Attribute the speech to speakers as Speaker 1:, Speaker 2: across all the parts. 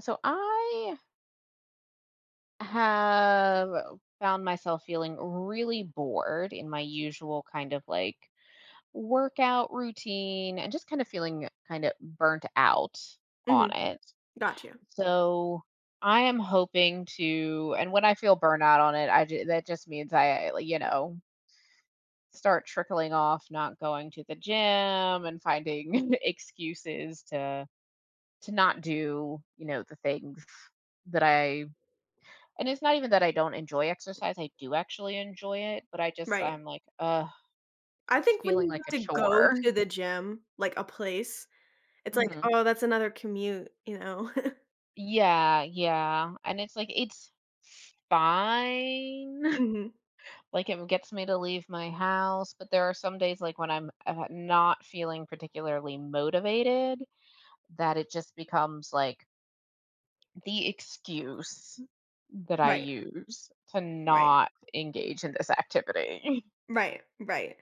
Speaker 1: So I have found myself feeling really bored in my usual workout routine and just kind of feeling kind of burnt out on
Speaker 2: Mhm.
Speaker 1: it.
Speaker 2: Gotcha.
Speaker 1: So I am hoping to, and when I feel burnout on it, that just means I start trickling off, not going to the gym and finding excuses to not do, the things that I. And it's not even that I don't enjoy exercise, I do actually enjoy it, but I just
Speaker 2: Right.
Speaker 1: I'm like, "Ugh,
Speaker 2: I
Speaker 1: it's
Speaker 2: think when
Speaker 1: feeling
Speaker 2: you
Speaker 1: like a
Speaker 2: have to go
Speaker 1: chore."
Speaker 2: to the gym, like a place, it's like,
Speaker 1: Mhm.
Speaker 2: "Oh, that's another commute," you know?
Speaker 1: Yeah, yeah, and it's like, it's fine,
Speaker 2: Mhm.
Speaker 1: like, it gets me to leave my house, but there are some days, like, when I'm, not feeling particularly motivated that it just becomes, like, the excuse that I
Speaker 2: Right.
Speaker 1: use to
Speaker 2: Right.
Speaker 1: not engage in this activity.
Speaker 2: Right. Right.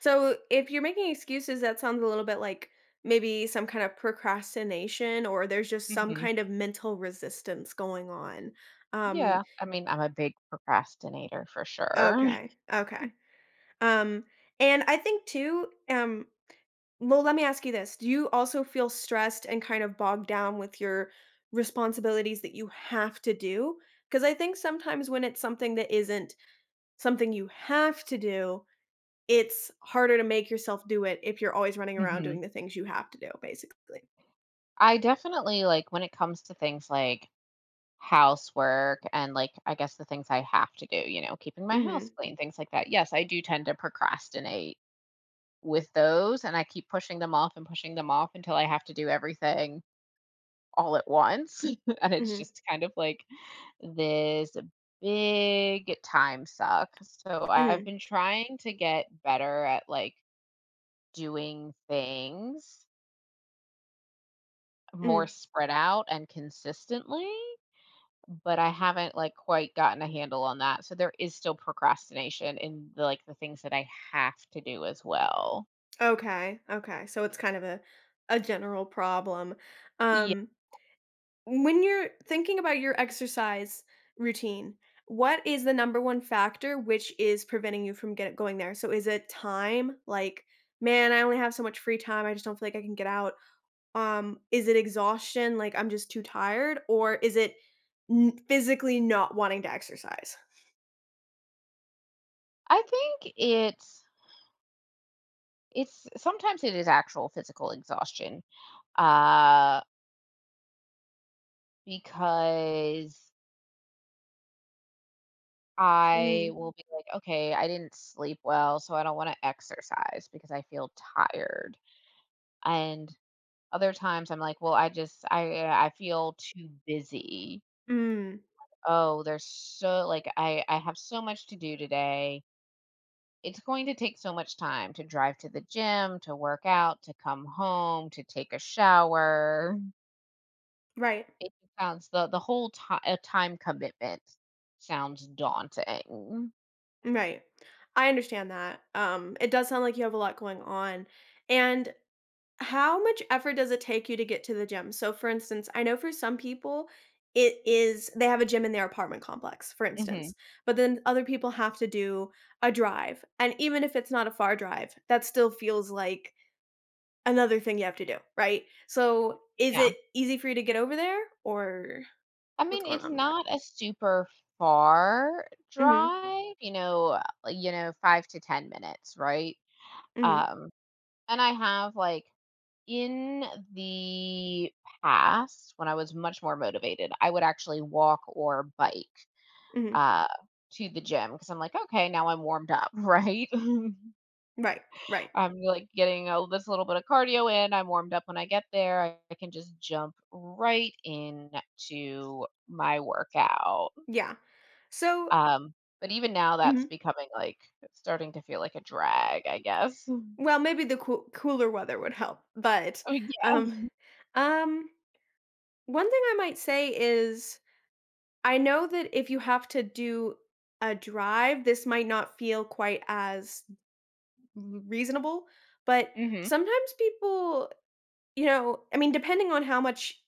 Speaker 2: So, if you're making excuses, that sounds a little bit like maybe some kind of procrastination or there's just some
Speaker 1: Mhm.
Speaker 2: kind of mental resistance going on. Um,
Speaker 1: Yeah, I mean, I'm a big procrastinator for sure.
Speaker 2: okay. Okay. Um, and I think too, well, let me ask you this. Do you also feel stressed and kind of bogged down with your responsibilities that you have to do? Because I think sometimes when it's something that isn't something you have to do, it's harder to make yourself do it if you're always running around
Speaker 1: hmm
Speaker 2: doing the things you have to do, basically.
Speaker 1: I definitely like when it comes to things like housework and like I guess the things I have to do, keeping my
Speaker 2: hmm
Speaker 1: house clean, things like that. Yes, I do tend to procrastinate with those, and I keep pushing them off and pushing them off until I have to do everything all at once. And it's
Speaker 2: hmm
Speaker 1: just kind of like this big time suck. So I've
Speaker 2: hmm
Speaker 1: been trying to get better at like doing things more
Speaker 2: hmm
Speaker 1: spread out and consistently, but I haven't like quite gotten a handle on that. So there is still procrastination in the things that I have to do as well.
Speaker 2: Okay. Okay. So it's kind of a general problem.
Speaker 1: Yeah.
Speaker 2: Um, When you're thinking about your exercise routine, what is the number one factor which is preventing you from get going there? So is it time? Like, man, I only have so much free time. I just don't feel like I can get out. Is it exhaustion, like, I'm just too tired, or is it n physically not wanting to exercise?
Speaker 1: I think it's sometimes it is actual physical exhaustion. Uh because I
Speaker 2: Mm,
Speaker 1: will be like, okay, I didn't sleep well, so I don't want to exercise because I feel tired. And other times I'm like, "Well, I just I feel too busy.
Speaker 2: mm,
Speaker 1: Oh, there's so like I have so much to do today. It's going to take so much time to drive to the gym, to work out, to come home, to take a shower."
Speaker 2: right,
Speaker 1: It sounds, the whole time a time commitment sounds daunting.
Speaker 2: right. I understand that. It does sound like you have a lot going on, and how much effort does it take you to get to the gym? So, for instance, I know for some people, it is they have a gym in their apartment complex, for
Speaker 1: Mhm.
Speaker 2: instance, but then other people have to do a drive. And even if it's not a far drive, that still feels like another thing you have to do, right? So, is
Speaker 1: Yeah.
Speaker 2: it easy for you to get over there or
Speaker 1: I
Speaker 2: what's
Speaker 1: mean,
Speaker 2: going
Speaker 1: it's
Speaker 2: on with that?
Speaker 1: not a super far
Speaker 2: Mhm.
Speaker 1: drive, 5 to 10 minutes, right?
Speaker 2: Mhm.
Speaker 1: Um And I have, like in the past, when I was much more motivated, I would actually walk or bike,
Speaker 2: Mhm.
Speaker 1: uh, to the gym because 'cause I'm like, "Okay, now I'm warmed up," right?
Speaker 2: Right. Right.
Speaker 1: I'm, like, getting a this little bit of cardio in, I'm warmed up when I get there, I can just jump right into my workout.
Speaker 2: Yeah. So,
Speaker 1: Um, but even now that's
Speaker 2: mhm.
Speaker 1: becoming, it's starting to feel like a drag, I guess.
Speaker 2: Well, maybe the cooler weather would help, but
Speaker 1: Oh, yeah.
Speaker 2: um um one thing I might say is I know that if you have to do a drive, this might not feel quite as reasonable, but
Speaker 1: Mhm.
Speaker 2: sometimes people, you know, I mean, depending on how much,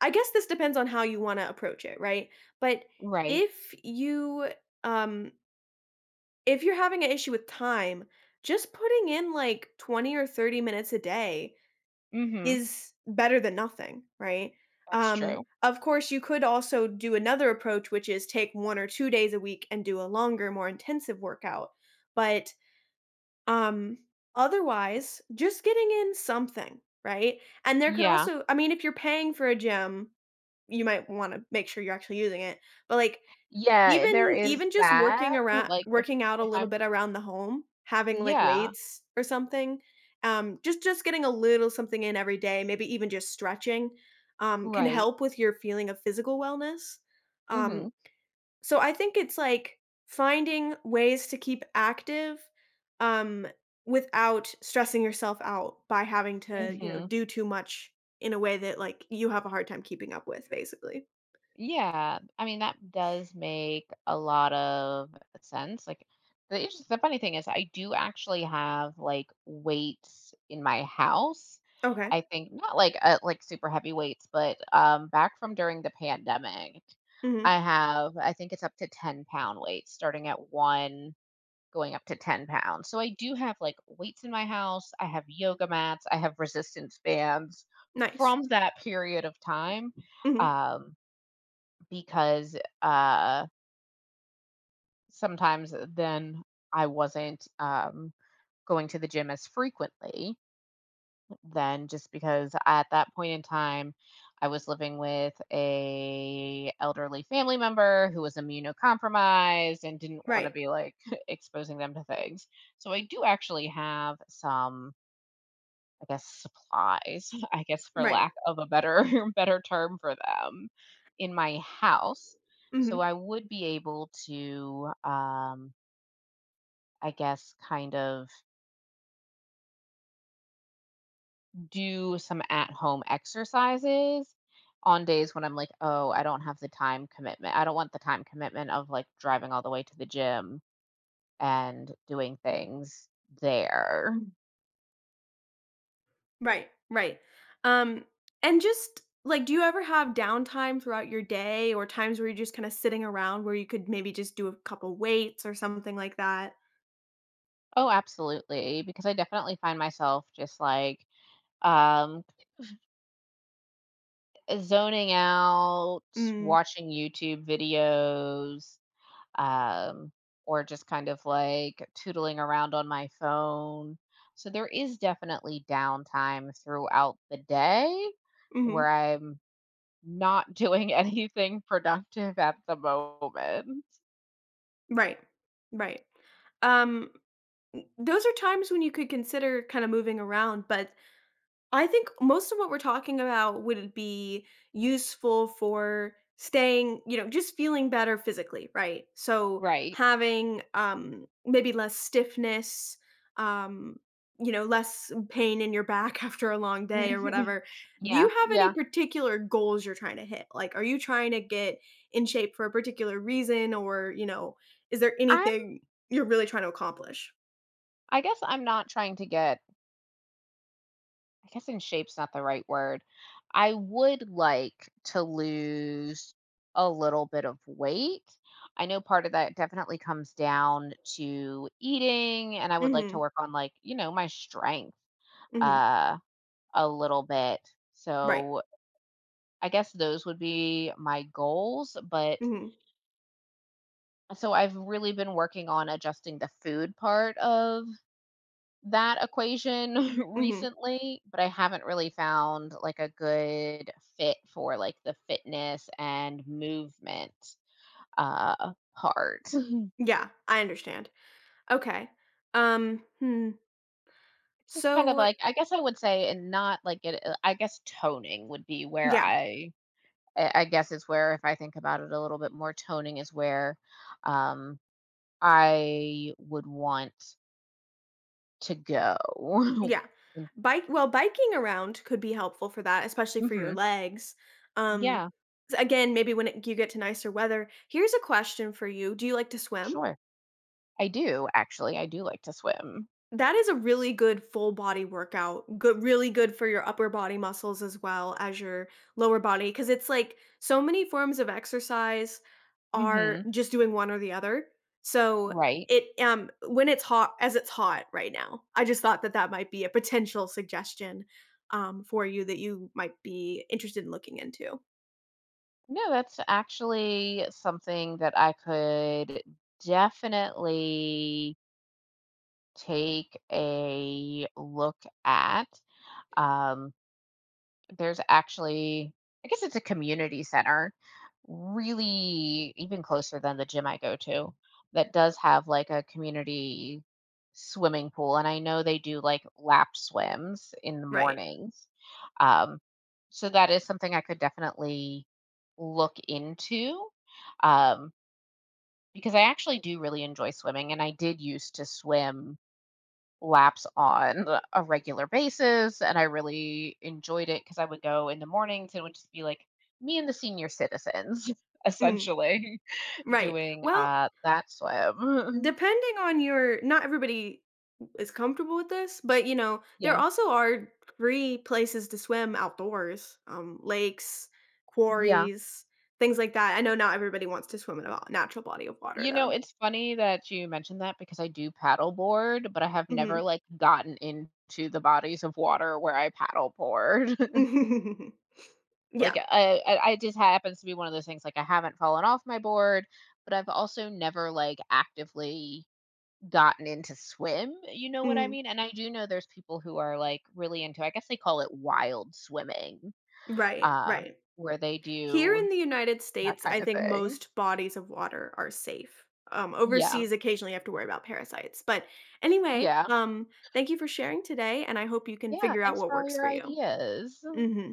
Speaker 2: I guess this depends on how you want to approach it, right? But
Speaker 1: Right.
Speaker 2: if you, um, if you're having an issue with time, just putting in like 20 or 30 minutes a day
Speaker 1: Mhm.
Speaker 2: is better than nothing, right?
Speaker 1: That's true.
Speaker 2: Of course, you could also do another approach, which is take 1 or 2 days a week and do a longer, more intensive workout, but, um, otherwise, just getting in something, right? And there could
Speaker 1: Yeah.
Speaker 2: also I mean, if you're paying for a gym, you might wanna make sure you're actually using it, but, like,
Speaker 1: Yeah, there
Speaker 2: even
Speaker 1: is
Speaker 2: even just
Speaker 1: that, like,
Speaker 2: working out a
Speaker 1: if
Speaker 2: little
Speaker 1: I'm
Speaker 2: bit around the home, having, like,
Speaker 1: yeah,
Speaker 2: weights or something, just getting a little something in every day, maybe even just stretching, can
Speaker 1: right.
Speaker 2: help with your feeling of physical wellness. Um,
Speaker 1: Mhm,
Speaker 2: so I think it's, like, finding ways to keep active, um, without stressing yourself out by having to, you know,
Speaker 1: mhm.
Speaker 2: do too much in a way that, like, you have a hard time keeping up with, basically.
Speaker 1: Yeah, I mean, that does make a lot of sense, like, the funny thing is I do actually have, like, weights in my house.
Speaker 2: Okay.
Speaker 1: I think not like, like, super heavy weights, but, back from during the pandemic,
Speaker 2: Mhm.
Speaker 1: I think it's up to 10 pound weights starting at 1 going up to 10 pounds. So I do have like weights in my house. I have yoga mats. I have resistance bands
Speaker 2: Nice.
Speaker 1: from that period of time,
Speaker 2: Mhm.
Speaker 1: um, because uh, sometimes then I wasn't, going to the gym as frequently. Then just because at that point in time, I was living with a elderly family member who was immunocompromised and didn't want to
Speaker 2: Right.
Speaker 1: be like exposing them to things. So I do actually have some, I guess, supplies, I guess for
Speaker 2: Right.
Speaker 1: lack of a better better term for them in my house. So
Speaker 2: Mhm.
Speaker 1: I would be able to I guess kind of do some at-home exercises on days when I'm like, "Oh, I don't have the time commitment." I don't want the time commitment of, like, driving all the way to the gym and doing things there.
Speaker 2: Right, right. Um, and just, like, do you ever have downtime throughout your day or times where you're just kinda sitting around where you could maybe just do a couple weights or something like that?
Speaker 1: Oh, absolutely, because I definitely find myself just, like, um, zoning out,
Speaker 2: Mm.
Speaker 1: watching YouTube videos, um, or just kind of like tootling around on my phone. So there is definitely downtime throughout the day
Speaker 2: Mhm.
Speaker 1: where I'm not doing anything productive at the moment.
Speaker 2: Right. Right. Um, th those are times when you could consider kinda moving around, but I think most of what we're talking about would be useful for staying, you know, just feeling better physically, right? So
Speaker 1: Right.
Speaker 2: having maybe less stiffness, um, you know, less pain in your back after a long day or whatever. Do
Speaker 1: Yeah,
Speaker 2: you have any
Speaker 1: yeah.
Speaker 2: particular goals you're trying to hit? Like are you trying to get in shape for a particular reason or, you know, is there
Speaker 1: I'm
Speaker 2: anything you're really trying to accomplish?
Speaker 1: I guess I'm not trying to get, I guess in shape's not the right word. I would like to lose a little bit of weight. I know part of that definitely comes down to eating, and I would like to
Speaker 2: Mhm.
Speaker 1: work on like, my strength
Speaker 2: Mhm.
Speaker 1: uh a little bit.
Speaker 2: Right.
Speaker 1: So I guess those would be my goals, but
Speaker 2: Mhm.
Speaker 1: so I've really been working on adjusting the food part of that equation
Speaker 2: Mhm.
Speaker 1: recently, but I haven't really found like a good fit for like the fitness and movement part.
Speaker 2: Yeah, I understand. Okay. Hmm.
Speaker 1: It's just kind of
Speaker 2: So,
Speaker 1: like I guess I would say, and not like it, I guess toning would be where
Speaker 2: yeah.
Speaker 1: I guess is where, if I think about it a little bit more, toning is where um I would want to go.
Speaker 2: Yeah. Bike well, biking around could be helpful for that, especially for your
Speaker 1: Mm-hmm.
Speaker 2: legs. Um,
Speaker 1: Yeah,
Speaker 2: again, maybe when it, you get to nicer weather. Here's a question for you. Do you like to swim?
Speaker 1: sure. I do actually. I do like to swim.
Speaker 2: That is a really good full body workout. Good really good for your upper body muscles as well as your lower body, because it's like so many forms of exercise are
Speaker 1: Hmm
Speaker 2: just doing one or the other. So
Speaker 1: Right.
Speaker 2: when it's hot as it's hot right now, I just thought that that might be a potential suggestion, for you that you might be interested in looking into.
Speaker 1: No, that's actually something that I could definitely take a look at. Um, there's actually, I guess it's a community center really even closer than the gym I go to, that does have like a community swimming pool, and I know they do like lap swims in the
Speaker 2: Right.
Speaker 1: mornings, um, so that is something I could definitely look into, um, because I actually do really enjoy swimming, and I did used to swim laps on a regular basis, and I really enjoyed it because I would go in the mornings and it would just be like me and the senior citizens
Speaker 2: Mm,
Speaker 1: essentially
Speaker 2: right.
Speaker 1: doing
Speaker 2: Well,
Speaker 1: that swim.
Speaker 2: depending on your not everybody is comfortable with this, but you know, there
Speaker 1: Yeah.
Speaker 2: also are free places to swim outdoors, lakes,
Speaker 1: Yeah.
Speaker 2: quarries, things like that. I know not everybody wants to swim in a natural body of water
Speaker 1: You know,
Speaker 2: though.
Speaker 1: it's funny that you mentioned that because I do paddleboard, but I have never
Speaker 2: Mhm.
Speaker 1: like gotten into the bodies of water where I paddleboard.
Speaker 2: yeah.
Speaker 1: It just happens to be one of those things. Like, I haven't fallen off my board, but I've also never like actively gotten into swim, you know what I
Speaker 2: Mm,
Speaker 1: mean? And I do know there's people who are, like, really into, I guess they call it, wild swimming,
Speaker 2: right,
Speaker 1: uh,
Speaker 2: right.
Speaker 1: where they
Speaker 2: Here
Speaker 1: do
Speaker 2: in the United
Speaker 1: that
Speaker 2: States,
Speaker 1: kind
Speaker 2: I
Speaker 1: of
Speaker 2: think
Speaker 1: thing.
Speaker 2: most bodies of water are safe.
Speaker 1: Yeah,
Speaker 2: Overseas, occasionally you have to worry about parasites. But anyway,
Speaker 1: yeah.
Speaker 2: thank you for sharing today, and I hope you can
Speaker 1: Yeah,
Speaker 2: figure out
Speaker 1: thanks
Speaker 2: what
Speaker 1: for all
Speaker 2: works
Speaker 1: your
Speaker 2: for you.
Speaker 1: ideas.
Speaker 2: Hmm.